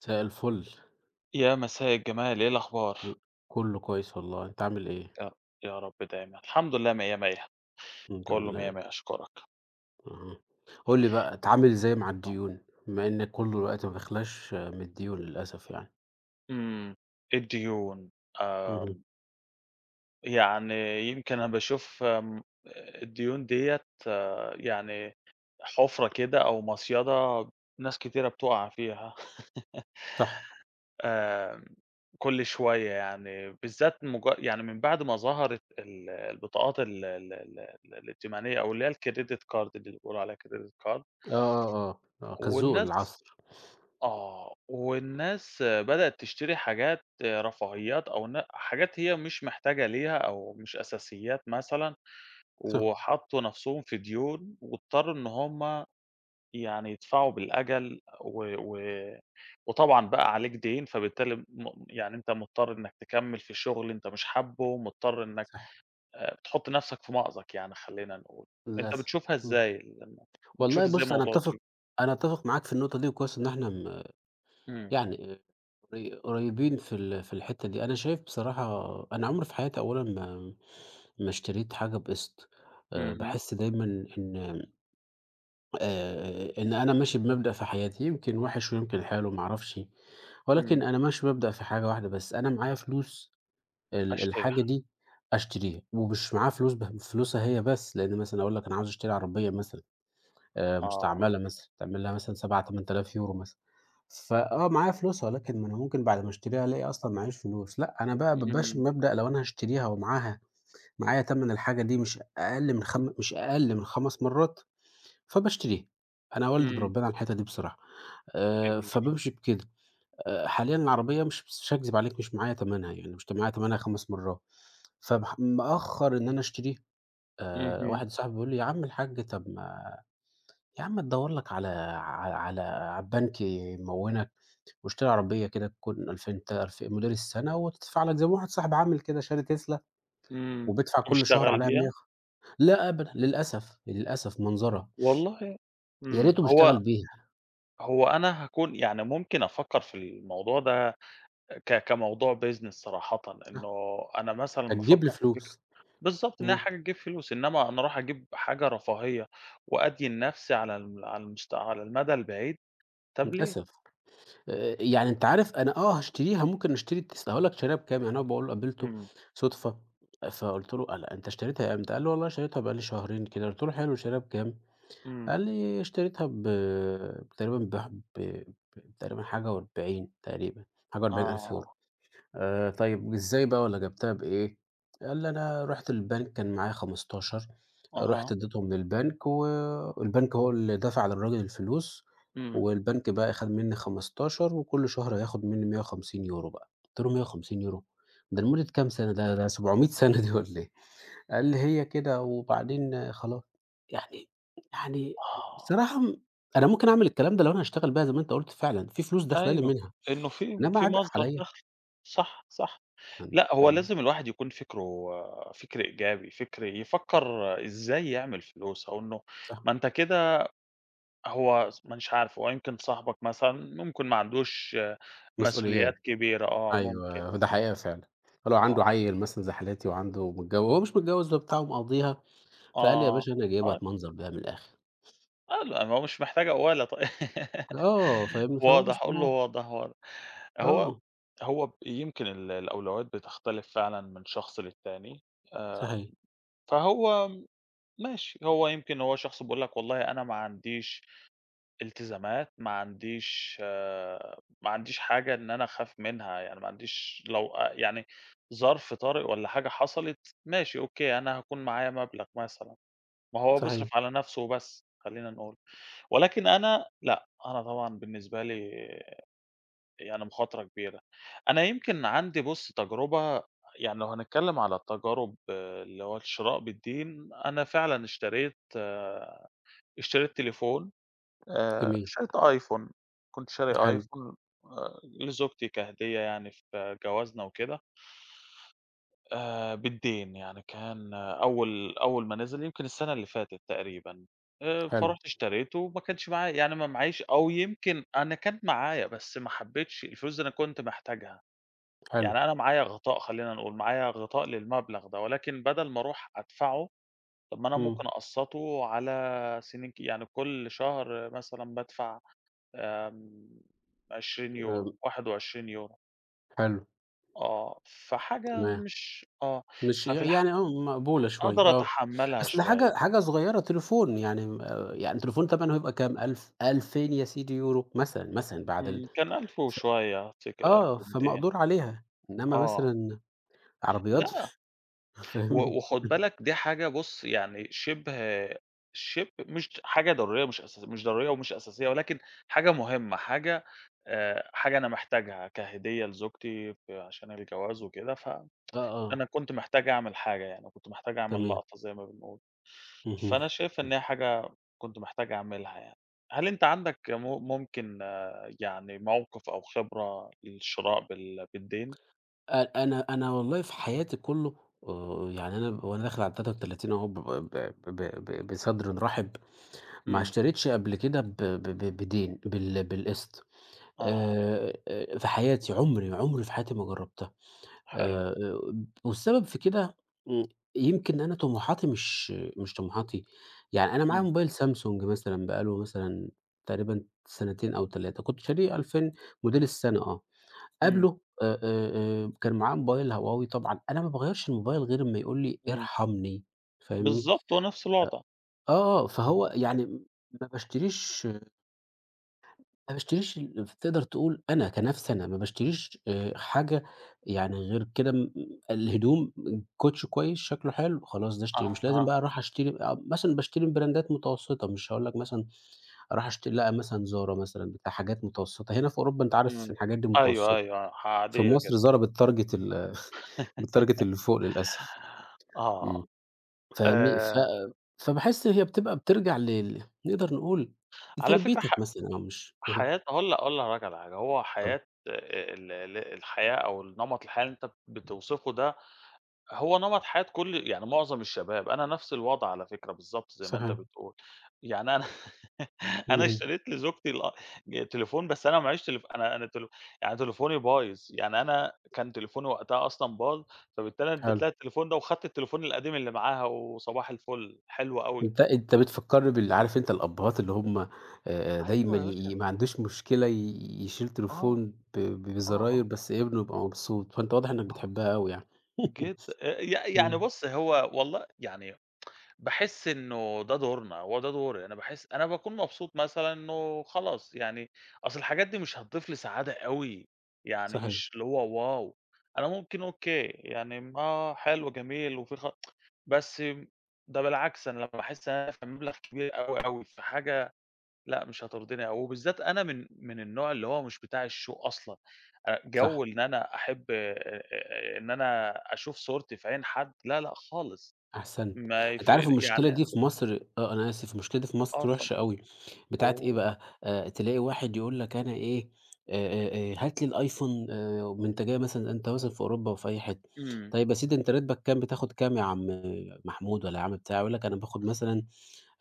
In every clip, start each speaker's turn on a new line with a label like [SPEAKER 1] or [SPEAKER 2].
[SPEAKER 1] مساء الفل.
[SPEAKER 2] يا مساء الجمال، إيه الأخبار؟
[SPEAKER 1] كله كويس والله، أنت عامل إيه؟
[SPEAKER 2] يا يا رب دايمًا، الحمد لله مِيَّة، مِيَّة،
[SPEAKER 1] الحمد
[SPEAKER 2] كله مِيَّة،
[SPEAKER 1] لله،
[SPEAKER 2] مِيَّة أشكرك.
[SPEAKER 1] اهم. قُل لي بقى أتعامل إزاي مع الديون؟ بما إن كله دلوقتي ما بيخلاش من الديون للأسف يعني.
[SPEAKER 2] إمم، الديون،
[SPEAKER 1] اهم.
[SPEAKER 2] آمم، يعني يمكن أنا باشوف الديون ديّة يعني حُفرة كده أو مصيدة ناس كتيرة بتُقع فيها.
[SPEAKER 1] صح.
[SPEAKER 2] آمم، كل شوية يعني، بالذات يعني من بعد ما ظهرت البطاقات ال ال ال الائتمانية أو اللي هي الcredit card اللي بيقولوا عليها credit card.
[SPEAKER 1] آه، آه، آه، آه، خازوق
[SPEAKER 2] والناس
[SPEAKER 1] العصر.
[SPEAKER 2] والناس بدأت تشتري حاجات رفاهيات أو حاجات هي مش محتاجة ليها أو مش أساسيات مثلًا،
[SPEAKER 1] صح،
[SPEAKER 2] وحطّوا نَفْسهم في ديون واضطروا إن هم يعني يدفعوا بالأجل و وطبعًا بقى عليك دَيْن، فبالتالي يعني أنت مضطر إنّك تكمّل في شغل أنت مش حابّه، مضطر إنّك
[SPEAKER 1] صح،
[SPEAKER 2] بتحُط نَفْسك في مأزق، يعني خلّينا نقول. أنت
[SPEAKER 1] للأسف.
[SPEAKER 2] بتشوفها
[SPEAKER 1] إمم.
[SPEAKER 2] إزاي لمّا بتشوف
[SPEAKER 1] والله
[SPEAKER 2] إزاي
[SPEAKER 1] بُص أنا
[SPEAKER 2] موضوع
[SPEAKER 1] أتّفق
[SPEAKER 2] الديون؟
[SPEAKER 1] أنا أتّفق معاك في النقطة دي وكويس إن إحنا
[SPEAKER 2] إمم،
[SPEAKER 1] يعني قريبين في الحتّة دي. أنا شايف بصراحة أنا عمري في حياتي أولًا ما اشتريت حاجة بقسط.
[SPEAKER 2] اهم،
[SPEAKER 1] باحس دايمًا إن إن أنا ماشي بمبدأ في حياتي، يمكن وِحِش ويمكن حلو ما أعرفش،
[SPEAKER 2] إمم،
[SPEAKER 1] ولكن أنا ماشي بمبدأ في حاجة واحدة بس، أنا معايا فلوس
[SPEAKER 2] أشتري
[SPEAKER 1] الحاجة
[SPEAKER 2] ح
[SPEAKER 1] دي أشتريها، ومش معايا فلوس بفلوسها هي بس، لإن مثلًا أقول لك أنا عاوز أشتري عربية مثلًا
[SPEAKER 2] آه.
[SPEAKER 1] مستعملة مثلًا، تعمل لها مثلًا 7000، 8000€ مثلًا، فآه معايا فلوسها، ولكن ما أنا ممكن بعد ما أشتريها ألاقي أصلًا معييش فلوس، لأ أنا بقى ماشي
[SPEAKER 2] إمم،
[SPEAKER 1] بمبدأ لو أنا هاشتريها معايا تَمَن الحاجة دي مش أقل من مش أقل من 5 مرات فباشتريها، أنا والدي
[SPEAKER 2] إمم،
[SPEAKER 1] مربّينا على الحتّة دي بصراحة،
[SPEAKER 2] جميل.
[SPEAKER 1] فبامشي بكده، حاليًا العربية مش هاكذب عليك مش معايا تمنها، يعني مش معايا تمنها 5 مرّات، مأخّر إن أنا أشتريها،
[SPEAKER 2] اهم،
[SPEAKER 1] واحد صاحبي بيقول لي: "يا عم الحاج طَب ما يا عم تدوّر لك على البنك يموّلك واشتري عربية كده تكون 2000 ألف موديل السنة وتدفع لك" زي ما واحد صاحبي عامل كده شاري تسلا
[SPEAKER 2] إمم.
[SPEAKER 1] وبيدفع كل شهر
[SPEAKER 2] وباشتغل
[SPEAKER 1] عليها 100
[SPEAKER 2] بيها
[SPEAKER 1] لأ أبدًا، للأسف، للأسف منظرها،
[SPEAKER 2] والله.
[SPEAKER 1] يا
[SPEAKER 2] إمم.
[SPEAKER 1] ريته بيشتغل
[SPEAKER 2] هو
[SPEAKER 1] بيها،
[SPEAKER 2] هو أنا هاكون، يعني ممكن أفكّر في الموضوع ده كموضوع business صراحةً، إنه أنا مثلًا
[SPEAKER 1] هتجيب لي
[SPEAKER 2] بافكّر في فكرة.
[SPEAKER 1] فلوس.
[SPEAKER 2] بالضبط، إنها
[SPEAKER 1] إمم،
[SPEAKER 2] حاجة تجيب فلوس، إنما أنا أروح أجيب حاجة رفاهية وأدين نفْسي على المدى البعيد، طَب ليه؟
[SPEAKER 1] للأسف يعني أنت عارف أنا هاشتريها ممكن أشتري التسلا هاقول لك شاريها بكام، يعني أنا باقول قابلته
[SPEAKER 2] إمم،
[SPEAKER 1] صدفة فقُلت له قال أنت اشتريتها إمتى؟ قال لي والله شريتها بقى لي شهرين كده، قُلت له حلو شاريها بكام؟
[SPEAKER 2] إمم.
[SPEAKER 1] قال لي اشتريتها تقريبًا ب ب ب تقريبا حاجة و40 تقريبًا، حاجة و40 ألف يورو.
[SPEAKER 2] آه.
[SPEAKER 1] طيب إزاي بقى والّا جبتها بإيه؟ قال لي: "أنا رُحت البنك كان معايا 15
[SPEAKER 2] أها.
[SPEAKER 1] رُحت اديتهم للبنك البنك هو اللي دفع للراجل الفلوس
[SPEAKER 2] إمم.
[SPEAKER 1] والبنك بقى أخَد منّي 15 وكل شهر هياخُد منّي 150€ بقى." قُلت له: "150€! ده لمدة كام سَنة ده 700 سَنة دي والّا إيه؟" قال لي: "هي كده وبعدين آه، خلاص." يعني يعني
[SPEAKER 2] آه.
[SPEAKER 1] بصراحة أنا ممكن أعمل الكلام ده لو أنا هاشتغل بقى زي ما أنت قُلت فعلًا، في فلوس داخلة لي
[SPEAKER 2] أيوه،
[SPEAKER 1] منها،
[SPEAKER 2] إنه
[SPEAKER 1] إنّما
[SPEAKER 2] في
[SPEAKER 1] عبء
[SPEAKER 2] مصدر
[SPEAKER 1] عليّا
[SPEAKER 2] دخْل، صح، صح.
[SPEAKER 1] يعني
[SPEAKER 2] لأ، هو
[SPEAKER 1] فاهمني؟
[SPEAKER 2] لازم الواحد يكون فكر إيجابي، فكر يفكّر إزاي يعمل فلوس، أو إنه
[SPEAKER 1] صح،
[SPEAKER 2] ما أنت كده هو ما أنتش عارف، هو يمكن صاحبك مثلًا ممكن ما عندوش مسؤوليات
[SPEAKER 1] مسؤوليات،
[SPEAKER 2] كبيرة، آه، ممكن.
[SPEAKER 1] أيوه، ده حقيقة فعلًا. فلو
[SPEAKER 2] آه،
[SPEAKER 1] عنده عيّل مثلًا زي حالاتي وعنده هو مش متجوّز ده بتاع ومقضيها، فقال لي: "يا
[SPEAKER 2] آه،
[SPEAKER 1] باشا أنا جايبها
[SPEAKER 2] آه،
[SPEAKER 1] أتمنظر بيها من الآخر."
[SPEAKER 2] آه، لأ، ما هو مش محتاج قوّالة
[SPEAKER 1] آه، فاهمني؟ فهو مش
[SPEAKER 2] واضح، قُل له
[SPEAKER 1] مهم
[SPEAKER 2] واضح، واضح. هو
[SPEAKER 1] آه،
[SPEAKER 2] هو ب يمكن الأولويات بتختلف فعلًا من شخص للتاني. آآ،
[SPEAKER 1] صحيح،
[SPEAKER 2] فهو ماشي، هو يمكن هو شخص بيقول لك والله أنا ما عنديش التزامات، ما عنديش، ما عنديش حاجة إن أنا أخاف منها، يعني ما عنديش لو يعني ظرف طارئ والّا حاجة حصلت، ماشي أوكي، أنا هاكون معايا مبلغ مثلًا، ما هو
[SPEAKER 1] صحيح،
[SPEAKER 2] بيصرف على نَفْسه وبس، خلّينا نقول، ولكن أنا لأ، أنا طبعًا بالنسبة لي يعني مخاطرة كبيرة. أنا يمكن عندي بُص تجربة، يعني لو هنتكلم على التجارب، آه، اللي هو الشراء بالدين، أنا فعلًا اشتريت، آه، اشتريت تليفون،
[SPEAKER 1] جميل،
[SPEAKER 2] شريت أيفون، كنت شاري
[SPEAKER 1] حلو،
[SPEAKER 2] أيفون، لزوجتي كهدية يعني في جوازنا وكده، بالدين، يعني كان، آه، أول أول ما نزل يمكن السنة اللي فاتت تقريبًا.
[SPEAKER 1] حلو،
[SPEAKER 2] فرُحت اشتريته وما كانش معايا، يعني ما معييش، أو يمكن أنا كان معايا بس ما حبيتش الفلوس دي أنا كنت محتاجها.
[SPEAKER 1] حلو،
[SPEAKER 2] يعني أنا معايا غطاء خلّينا نقول، معايا غطاء للمبلغ ده، ولكن بدل ما أروح أدفعه، طب ما أنا
[SPEAKER 1] إمم،
[SPEAKER 2] ممكن أقسّطه على سنين، يعني كل شهر مثلًا بادفع آمم 20€،
[SPEAKER 1] آمم،
[SPEAKER 2] 21€،
[SPEAKER 1] حلو،
[SPEAKER 2] آه، فحاجة
[SPEAKER 1] تمام،
[SPEAKER 2] مش، آه،
[SPEAKER 1] مش
[SPEAKER 2] ففي الح
[SPEAKER 1] يعني مقبولة شوية،
[SPEAKER 2] أقدر
[SPEAKER 1] آه.
[SPEAKER 2] أتحمّلها
[SPEAKER 1] أصل
[SPEAKER 2] شوية.
[SPEAKER 1] حاجة حاجة صغيّرة تليفون يعني يعني تليفون تمنه هيبقى كام؟ 1000، 2000 يا سيدي يورو مثلًا، مثلًا بعد
[SPEAKER 2] إمم، كان 1000 وشوية، أفتكر 1200،
[SPEAKER 1] فمقدور عليها، إنّما
[SPEAKER 2] آه،
[SPEAKER 1] مثلًا عربيات
[SPEAKER 2] لأ. و
[SPEAKER 1] فاهمني؟
[SPEAKER 2] وخُد بالك دي حاجة، بُص يعني شِبه، شِبه مش حاجة ضرورية مش أساس مش ضرورية ومش أساسية، ولكن حاجة مهمة، حاجة، حاجة أنا محتاجها كهدية لزوجتي، عشان الجواز وكده،
[SPEAKER 1] آه،
[SPEAKER 2] أنا
[SPEAKER 1] آه،
[SPEAKER 2] كنت محتاج أعمل حاجة يعني، كنت محتاج أعمل
[SPEAKER 1] تمام،
[SPEAKER 2] لقطة زي ما بنقول.
[SPEAKER 1] اهم.
[SPEAKER 2] فأنا شايف إن هي حاجة كنت محتاج أعملها يعني. هل أنت عندك، ممكن، آه، يعني موقف أو خبرة للشراء بالدين؟
[SPEAKER 1] أ أنا أنا والله في حياتي كُلّه يعني أنا وأنا داخل على ال33 أهو ب ب ب ب بصدر رحب، ما
[SPEAKER 2] إمم،
[SPEAKER 1] اشتريتش قبل كده ب ب ب بدين بالقسط،
[SPEAKER 2] أها.
[SPEAKER 1] في حياتي عُمري، عُمري في حياتي ما جرّبتها.
[SPEAKER 2] حلو.
[SPEAKER 1] آآ، والسبب في كده إمم، يمكن أنا طموحاتي مش طموحاتي، يعني أنا معايا
[SPEAKER 2] إمم،
[SPEAKER 1] موبايل سامسونج مثلًا بقى له مثلًا تقريبًا سنتين أو 3 كنت شاريه 2000 موديل السنة آه،
[SPEAKER 2] إمم،
[SPEAKER 1] قبله كان معاه موبايل هواوي طبعًا أنا ما باغيّرش الموبايل غير أمّا يقول لي
[SPEAKER 2] إمم،
[SPEAKER 1] ارحمني، فاهمني؟
[SPEAKER 2] بالضبط، هو نفس الوضع.
[SPEAKER 1] آه، آه، فهو يعني ما باشتريش ما باشتريش فتقدر تقول أنا كنَفْسي أنا ما باشتريش حاجة يعني غير كده الهدوم كوتش كويس شكله حلو، خلاص ده اشتريه، مش لازم
[SPEAKER 2] أها.
[SPEAKER 1] بقى أروح أشتري مثلًا باشتري من براندات متوسّطة، مش هاقول لك مثلًا أروح أشتري لأ، مثلًا زارا مثلًا بتاع حاجات متوسّطة، هنا في أوروبا أنت عارف
[SPEAKER 2] إمم.
[SPEAKER 1] الحاجات دي
[SPEAKER 2] أيوه،
[SPEAKER 1] متوسّطة،
[SPEAKER 2] أيوه،
[SPEAKER 1] في
[SPEAKER 2] عادية
[SPEAKER 1] مصر
[SPEAKER 2] جدًا.
[SPEAKER 1] زارا بتتارجت بتتارجت اللي فوق للأسف،
[SPEAKER 2] آه.
[SPEAKER 1] إمم، فاهمني؟
[SPEAKER 2] آآ،
[SPEAKER 1] فباحس هي بتبقى بترجع نقدر نقول
[SPEAKER 2] على فكرة،
[SPEAKER 1] لتربيتك مثلًا آه، مش أها،
[SPEAKER 2] حياة، هاقول لحضرتك على حاجة. هو
[SPEAKER 1] اتفضل،
[SPEAKER 2] حياة، ال ال الحياة أو النمط الحياة اللي أنت بتوصفه ده، هو نمط حياة كل، يعني معظم الشباب، أنا نفس الوضع على فكرة بالضبط زي ما أنت
[SPEAKER 1] صحيح،
[SPEAKER 2] بتقول، يعني أنا. أنا
[SPEAKER 1] اهم.
[SPEAKER 2] اشتريت لزوجتي تليفون، بس أنا ما معيش أنا أنا تل يعني تليفوني بايظ، يعني أنا كان تليفوني وقتها أصلًا باظ، فبالتالي أنا اديت
[SPEAKER 1] حلو.
[SPEAKER 2] لها التليفون ده وخدت التليفون القديم اللي معاها، وصباح الفل، حلو أوي.
[SPEAKER 1] أنت بتفكّرني عارف أنت الأبّهات اللي هم دايمًا
[SPEAKER 2] أيوه يا باشا.
[SPEAKER 1] ما عندوش مشكلة يشيل
[SPEAKER 2] آه،
[SPEAKER 1] تليفون
[SPEAKER 2] آه،
[SPEAKER 1] بزراير
[SPEAKER 2] آه،
[SPEAKER 1] بس ابنه يبقى مبسوط، فأنت واضح إنّك
[SPEAKER 2] آه.
[SPEAKER 1] بتحبها أوي يعني.
[SPEAKER 2] جد ي يعني
[SPEAKER 1] إمم،
[SPEAKER 2] بُص، هو والله يعني باحس إنه ده دورنا، هو ده دوري، أنا باحس أنا باكون مبسوط مثلًا، إنه خلاص يعني أصل الحاجات دي مش هتضيف لي سعادة أوي، يعني
[SPEAKER 1] صحيح،
[SPEAKER 2] مش اللي هو واو! أنا ممكن أوكي، يعني آه، حلو جميل وفي بس ده بالعكس، أنا لمّا باحس إن أنا دافع مبلغ كبير أوي، أوي في حاجة، لأ، مش هترضيني أوي. وبالذات أنا من النوع اللي هو مش بتاع الshow أصلًا،
[SPEAKER 1] صح.
[SPEAKER 2] جو إن أنا أحب، إن أنا أشوف صورتي في عين حد، لا، لأ خالص،
[SPEAKER 1] أحسنت.
[SPEAKER 2] ما
[SPEAKER 1] أنت
[SPEAKER 2] يفرق
[SPEAKER 1] عارف
[SPEAKER 2] لي
[SPEAKER 1] المشكلة
[SPEAKER 2] يعني.
[SPEAKER 1] دي في مصر أنا آسف، المشكلة دي في
[SPEAKER 2] آه
[SPEAKER 1] مصر
[SPEAKER 2] طبعًا.
[SPEAKER 1] وحشة أوي، بتاعة إيه
[SPEAKER 2] هو
[SPEAKER 1] بقى، تلاقي واحد يقول لك أنا إيه، هات لي الأيفون أنت جاي مثلًا أنت مثلًا في أوروبا وفي أي حتة،
[SPEAKER 2] إمم.
[SPEAKER 1] طيب يا سيدي أنت راتبك كام، بتاخد كام يا عم محمود والّا يا عم بتاع، يقول لك أنا باخد مثلًا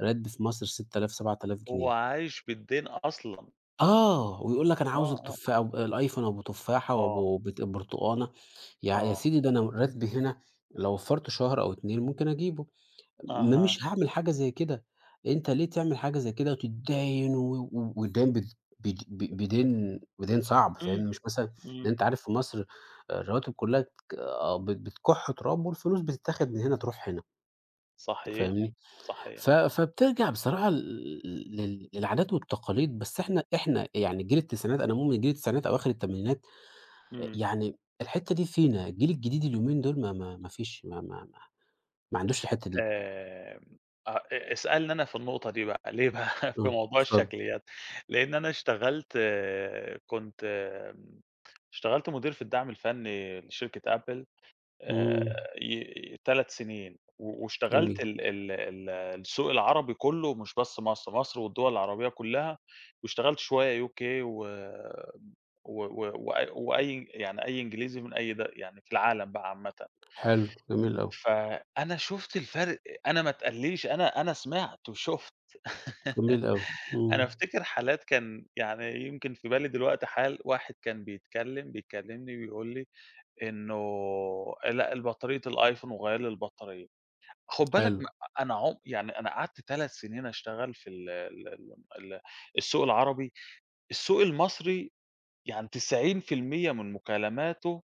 [SPEAKER 1] راتبي في مصر 6000 7000
[SPEAKER 2] هو
[SPEAKER 1] جنيه،
[SPEAKER 2] عايش بالدين أصلًا.
[SPEAKER 1] آه، ويقول لك أنا عاوز
[SPEAKER 2] آه، آه،
[SPEAKER 1] الأيفون أبو تفاحة
[SPEAKER 2] آه،
[SPEAKER 1] وأبو برتقانة، يا
[SPEAKER 2] آه،
[SPEAKER 1] سيدي ده أنا راتبي هنا لو وفّرت شهر أو 2 ممكن أجيبه. ما
[SPEAKER 2] أها،
[SPEAKER 1] مش هاعمل حاجة زي كده، أنت ليه تعمل حاجة زي كده وتتداين و و ودَيّن بد بد ب بدَيّن صعب
[SPEAKER 2] إمم،
[SPEAKER 1] فاهمني، مش مثلًا
[SPEAKER 2] إمم،
[SPEAKER 1] لأن أنت عارف في مصر الرواتب كلّها بتكُح تراب والفلوس بتتاخد من هنا تروح هنا
[SPEAKER 2] صحيح،
[SPEAKER 1] فاهمني،
[SPEAKER 2] صحيح،
[SPEAKER 1] فبترجع بصراحة للعادات والتقاليد، بس إحنا يعني جيل التسعينات أنا مؤمن جيل التسعينات أواخر التمانينات
[SPEAKER 2] إمم.
[SPEAKER 1] يعني الحتّة دي فينا، الجيل الجديد اليومين دول ما فيش ما عندوش الحتّة دي.
[SPEAKER 2] آمم، آه، اسألني أنا في النقطة دي بقى، ليه بقى؟ في
[SPEAKER 1] إمم،
[SPEAKER 2] موضوع
[SPEAKER 1] اتفضل.
[SPEAKER 2] الشكليات، لإن أنا اشتغلت، آه، كنت، اشتغلت مدير في الدعم الفني لشركة Apple، آآ،
[SPEAKER 1] إمم.
[SPEAKER 2] ي 3 سنين، واشتغلت
[SPEAKER 1] جميل،
[SPEAKER 2] ال ال ال السوق العربي كله، مش بس مصر، مصر والدول العربية كلها، واشتغلت شوية UK و و و وأ وأي، يعني أي إنجليزي من أي يعني في العالم بقى عامةً.
[SPEAKER 1] حلو، جميل أوي،
[SPEAKER 2] فأنا شُفت الفرق، أنا ما اتقاليش، أنا سمعت وشُفت.
[SPEAKER 1] جميل أوي،
[SPEAKER 2] أنا
[SPEAKER 1] إمم،
[SPEAKER 2] أفتكر حالات، كان يعني يمكن في بالي دلوقتي حال، واحد كان بيتكلم، بيكلمني بيقول لي إنه لأ، البطارية الآيفون وغيّر لي البطارية. خُد بالك،
[SPEAKER 1] حلو،
[SPEAKER 2] أنا يعني أنا قعدت 3 سنين أشتغل في ال ال ال ال السوق العربي، السوق المصري، يعني 90% من مكالماته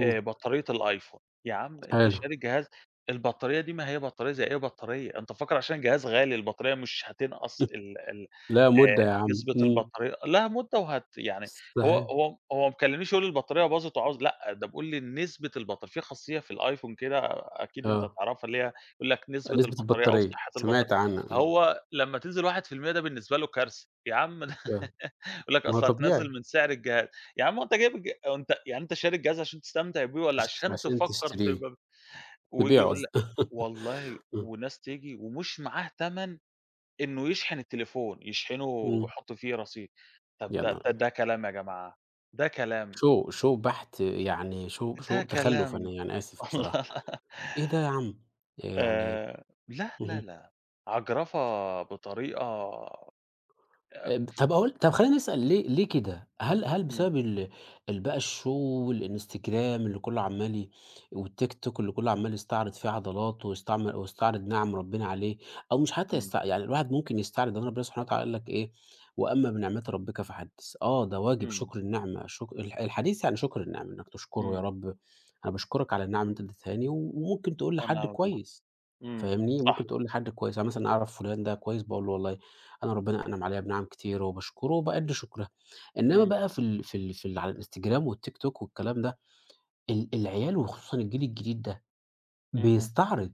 [SPEAKER 2] بطارية الأيفون. يا عم، أنت
[SPEAKER 1] حلو،
[SPEAKER 2] شاري جهاز، البطارية دي ما هي بطارية زي أي بطارية، أنت فاكر عشان جهاز غالي البطارية مش هتنقص ال ال
[SPEAKER 1] لأ مدة يا عم،
[SPEAKER 2] نسبة
[SPEAKER 1] إمم،
[SPEAKER 2] البطارية لها مدة وهت، يعني هو
[SPEAKER 1] صحيح،
[SPEAKER 2] هو هو ما كلمنيش يقول لي البطارية باظت وعاوز، لأ، ده بيقول لي نسبة البطارية، في خاصية في الأيفون كده أكيد أنت
[SPEAKER 1] آه،
[SPEAKER 2] تعرفها، اللي هي يقول لك نسبة
[SPEAKER 1] نسبة
[SPEAKER 2] البطارية أو
[SPEAKER 1] البطارية،
[SPEAKER 2] صحة البطارية.
[SPEAKER 1] سمعت عنها، إمم،
[SPEAKER 2] هو لمّا تنزل 1%، ده بالنسبة له كارثة. يا عم،
[SPEAKER 1] آه،
[SPEAKER 2] يقول لك
[SPEAKER 1] ما هو
[SPEAKER 2] أصل
[SPEAKER 1] طبيعي
[SPEAKER 2] هتنزّل من سعر الجهاز. يا عم، هو أنت جايب هو أنت، يعني أنت شاري الجهاز عشان تستمتع بيه والّا عشان
[SPEAKER 1] عشان
[SPEAKER 2] تفكّر في
[SPEAKER 1] تشتريه،
[SPEAKER 2] وييجي
[SPEAKER 1] تبيعه
[SPEAKER 2] يقول
[SPEAKER 1] قصدي،
[SPEAKER 2] لك، والله
[SPEAKER 1] إمم،
[SPEAKER 2] وناس تيجي ومش معاه تَمَن إنه يشحن التليفون، يشحنه
[SPEAKER 1] إمم،
[SPEAKER 2] ويحُط فيه رصيد. طب
[SPEAKER 1] يا
[SPEAKER 2] ده،
[SPEAKER 1] نهار أبيض!
[SPEAKER 2] كلام يا جماعة، ده كلام،
[SPEAKER 1] شوق شوق بحت يعني شوق
[SPEAKER 2] ده
[SPEAKER 1] شوق تخلُّف،
[SPEAKER 2] كلام.
[SPEAKER 1] أنا يعني آسف بصراحة،
[SPEAKER 2] والله،
[SPEAKER 1] إيه ده يا عم! يعني
[SPEAKER 2] لا، لا،
[SPEAKER 1] اهم.
[SPEAKER 2] لا، عجرفة بطريقة، آمم،
[SPEAKER 1] طب أقول طب خلّينا نسأل ليه كده؟ هل
[SPEAKER 2] إمم،
[SPEAKER 1] بسبب ال ال بقى الshow والإنستجرام اللي كُلّه عمّال والTikTok اللي كُلّه عمّال يستعرض فيه عضلاته ويستعمل ويستعرض نِعَم ربنا عليه، أو مش حتى
[SPEAKER 2] إمم،
[SPEAKER 1] يعني الواحد ممكن يستعرض لأن ربنا سبحانه وتعالى قال لك إيه: "وأما بنعمة ربِّكَ فحدِّث." آه، ده واجب
[SPEAKER 2] إمم،
[SPEAKER 1] شكر النعمة، شك الح الحديث يعني شكر النعمة، إنك تشكره يا رب أنا باشكرك على النعمة اللي أنت ادّيتهاني، وممكن تقول لحد
[SPEAKER 2] إمم،
[SPEAKER 1] كويس.
[SPEAKER 2] إمم،
[SPEAKER 1] فاهمني؟
[SPEAKER 2] صح،
[SPEAKER 1] ممكن تقول لي حد كويس، يعني مثلًا أعرف فلان ده كويس، باقول له والله أنا ربنا أنعم عليَّ بنِعَم كتيرة وباشكره وبأدّي شُكرها. إنما
[SPEAKER 2] إمم،
[SPEAKER 1] بقى في ال على الإنستجرام والتيك توك والكلام ده، العيال وخصوصًا الجيل الجديد ده
[SPEAKER 2] اهم.
[SPEAKER 1] بيستعرض،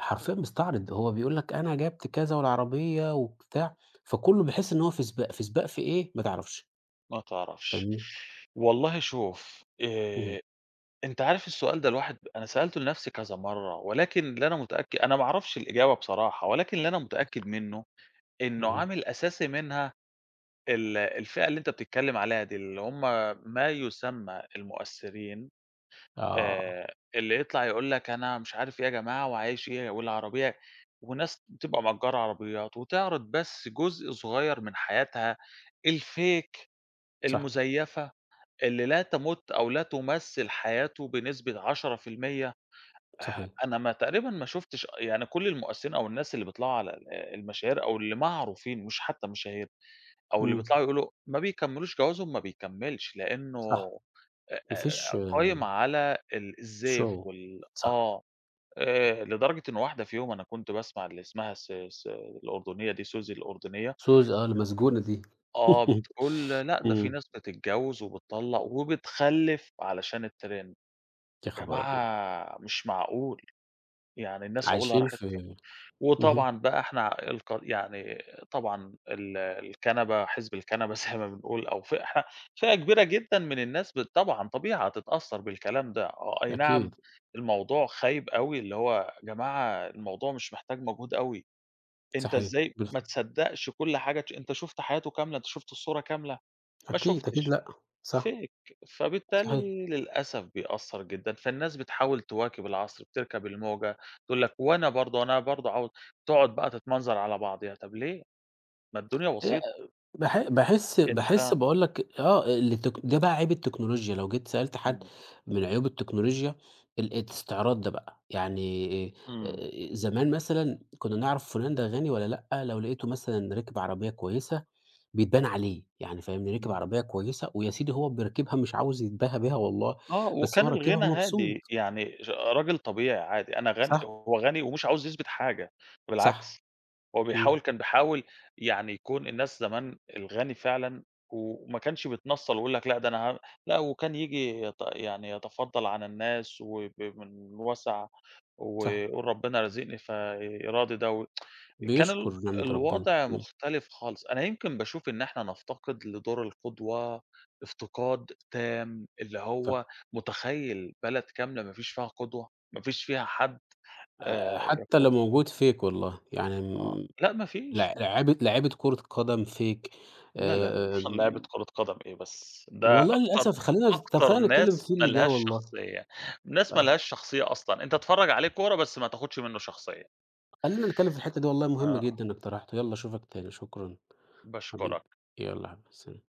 [SPEAKER 1] حرفيًا بيستعرض، هو بيقول لك أنا جبت كذا والعربية وبتاع، فكله بيحس إن هو في سباق، في سباق في إيه؟ ما تعرفش،
[SPEAKER 2] ما تعرفش.
[SPEAKER 1] فاهمني؟
[SPEAKER 2] والله شوف،
[SPEAKER 1] إمم،
[SPEAKER 2] أنت عارف السؤال ده الواحد أنا سألته لنفسي كذا مرّة، ولكن اللي أنا أنا ما أعرفش الإجابة بصراحة، ولكن اللي أنا متأكد منّه إنه
[SPEAKER 1] إمم،
[SPEAKER 2] عامل أساسي منها الفئة اللي أنت بتتكلّم عليها دي، اللي هم ما يُسمّى المؤثّرين،
[SPEAKER 1] آه،
[SPEAKER 2] اللي يطلع يقول لك أنا مش عارف إيه يا جماعة، وعايش إيه والعربية، وناس بتبقى مأجّرة عربيات وتعرض بس جزء صغير من حياتها، الfake
[SPEAKER 1] صح،
[SPEAKER 2] المزيّفة، اللي لا تمُت أو لا تُمثِّل حياته بنسبة 10%.
[SPEAKER 1] صحيح،
[SPEAKER 2] أنا ما تقريبًا ما شُفتش، يعني كل المؤثّرين أو الناس اللي بيطلعوا على آه، المشاهير أو اللي معروفين، مش حتى مشاهير، أو اللي
[SPEAKER 1] إمم،
[SPEAKER 2] بيطلعوا، يقولوا ما بيكمّلوش جوازهم، ما بيكمّلش، لإنه
[SPEAKER 1] صح،
[SPEAKER 2] آآ،
[SPEAKER 1] ما فيش
[SPEAKER 2] قايم على الزيف
[SPEAKER 1] show صح.
[SPEAKER 2] آه، لدرجة إن واحدة فيهم أنا كنت باسمع اللي اسمها س س الأردنية دي، سوزي الأردنية،
[SPEAKER 1] آه، المسجونة دي.
[SPEAKER 2] آه، بتقول لأ ده في
[SPEAKER 1] إمم،
[SPEAKER 2] ناس بتتجوّز وبتطلّق وبتخلّف علشان الtrend.
[SPEAKER 1] يا خبر أبيض!
[SPEAKER 2] جماعة مش معقول، يعني الناس عقولها
[SPEAKER 1] عايشين
[SPEAKER 2] راحت فين؟
[SPEAKER 1] في اهم.
[SPEAKER 2] وطبعًا بقى إحنا يعني طبعًا الكنبة، حزب الكنبة، زي ما بنقول، أو فئة، إحنا فئة كبيرة جدًا من الناس طبعًا طبيعي هتتأثّر بالكلام ده، آه، أي نعم.
[SPEAKER 1] أكيد.
[SPEAKER 2] الموضوع خايب أوي، اللي هو يا جماعة الموضوع مش محتاج مجهود أوي، أنت
[SPEAKER 1] صحيح.
[SPEAKER 2] إزاي ما
[SPEAKER 1] بالضبط.
[SPEAKER 2] تصدّقش كل حاجة؟ أنت شُفت حياته كاملة، أنت شُفت الصورة كاملة؟ ما
[SPEAKER 1] أكيد، أكيد
[SPEAKER 2] شُفتش.
[SPEAKER 1] لأ، صح،
[SPEAKER 2] fake،
[SPEAKER 1] صحيح.
[SPEAKER 2] فبالتالي للأسف بيأثّر جدًا، فالناس بتحاول تواكب العصر، بتركب الموجة، تقول لك وأنا برضه، أنا برضه عاوز. تقعد بقى تتمنظر على بعضيها، طب ليه؟ ما الدنيا
[SPEAKER 1] هي
[SPEAKER 2] بسيطة. أنت
[SPEAKER 1] باحس باقول لك آه، ده بقى عيب التكنولوجيا، لو جيت سألت حد
[SPEAKER 2] إمم،
[SPEAKER 1] من عيوب التكنولوجيا الاستعراض ده بقى، يعني
[SPEAKER 2] إمم،
[SPEAKER 1] زمان مثلًا كنا نعرف فلان ده غني والّا لأ، لو لقيته مثلًا راكب عربية كويسة بيتبان عليه، يعني فاهمني، راكب
[SPEAKER 2] إمم،
[SPEAKER 1] عربية كويسة ويا سيدي هو بيركبها مش عاوز يتباهى بيها والله،
[SPEAKER 2] آه،
[SPEAKER 1] بس هو
[SPEAKER 2] وكان
[SPEAKER 1] راكبها
[SPEAKER 2] الغنى
[SPEAKER 1] ومبسوط،
[SPEAKER 2] هادي، يعني راجل طبيعي عادي، أنا غني،
[SPEAKER 1] صح،
[SPEAKER 2] هو غني ومش عاوز يثبت حاجة،
[SPEAKER 1] صح،
[SPEAKER 2] بالعكس. هو
[SPEAKER 1] إمم،
[SPEAKER 2] بيحاول، كان بيحاول يعني يكون، الناس زمان الغني فعلًا وما كانش بيتنَصّل ويقول لك لأ ده أنا لأ، وكان ييجي يعني يتفضّل على الناس من وَسَع،
[SPEAKER 1] صح،
[SPEAKER 2] ويقول ربنا رازقني فيراضي ده. و كان
[SPEAKER 1] بيشكر نعمة ربنا،
[SPEAKER 2] الوضع
[SPEAKER 1] إمم،
[SPEAKER 2] مختلف خالص. أنا يمكن باشوف إن إحنا نفتقد لدور القدوة، افتقاد تام، اللي
[SPEAKER 1] صح،
[SPEAKER 2] هو متخيّل بلد كاملة ما فيش فيها قدوة، ما فيش فيها حد
[SPEAKER 1] حتى لو
[SPEAKER 2] يقود،
[SPEAKER 1] موجود fake والله، يعني
[SPEAKER 2] آه. لأ ما فيش، ما فيش.
[SPEAKER 1] لعيبة كرة قدم fake
[SPEAKER 2] لا، لا، لا، لعيبة
[SPEAKER 1] آمم،
[SPEAKER 2] كرة قدم إيه بس، ده
[SPEAKER 1] والله
[SPEAKER 2] أكتر،
[SPEAKER 1] للأسف خلّينا طب
[SPEAKER 2] أكتر
[SPEAKER 1] خلّينا نتكلّم
[SPEAKER 2] ناس
[SPEAKER 1] في
[SPEAKER 2] ما
[SPEAKER 1] اللي جه
[SPEAKER 2] لهاش
[SPEAKER 1] والله،
[SPEAKER 2] شخصية، ناس ما
[SPEAKER 1] آه،
[SPEAKER 2] لهاش شخصية أصلًا، أنت اتفرّج عليه كورة بس ما تاخدش منّه شخصية،
[SPEAKER 1] خلّينا نتكلّم في الحتّة دي والله مهمة
[SPEAKER 2] آه،
[SPEAKER 1] جدًا اقترحته، يالّا أشوفك تاني، شكرًا حبيبي،
[SPEAKER 2] باشكرك.
[SPEAKER 1] يالّا يا حبيبي سلام.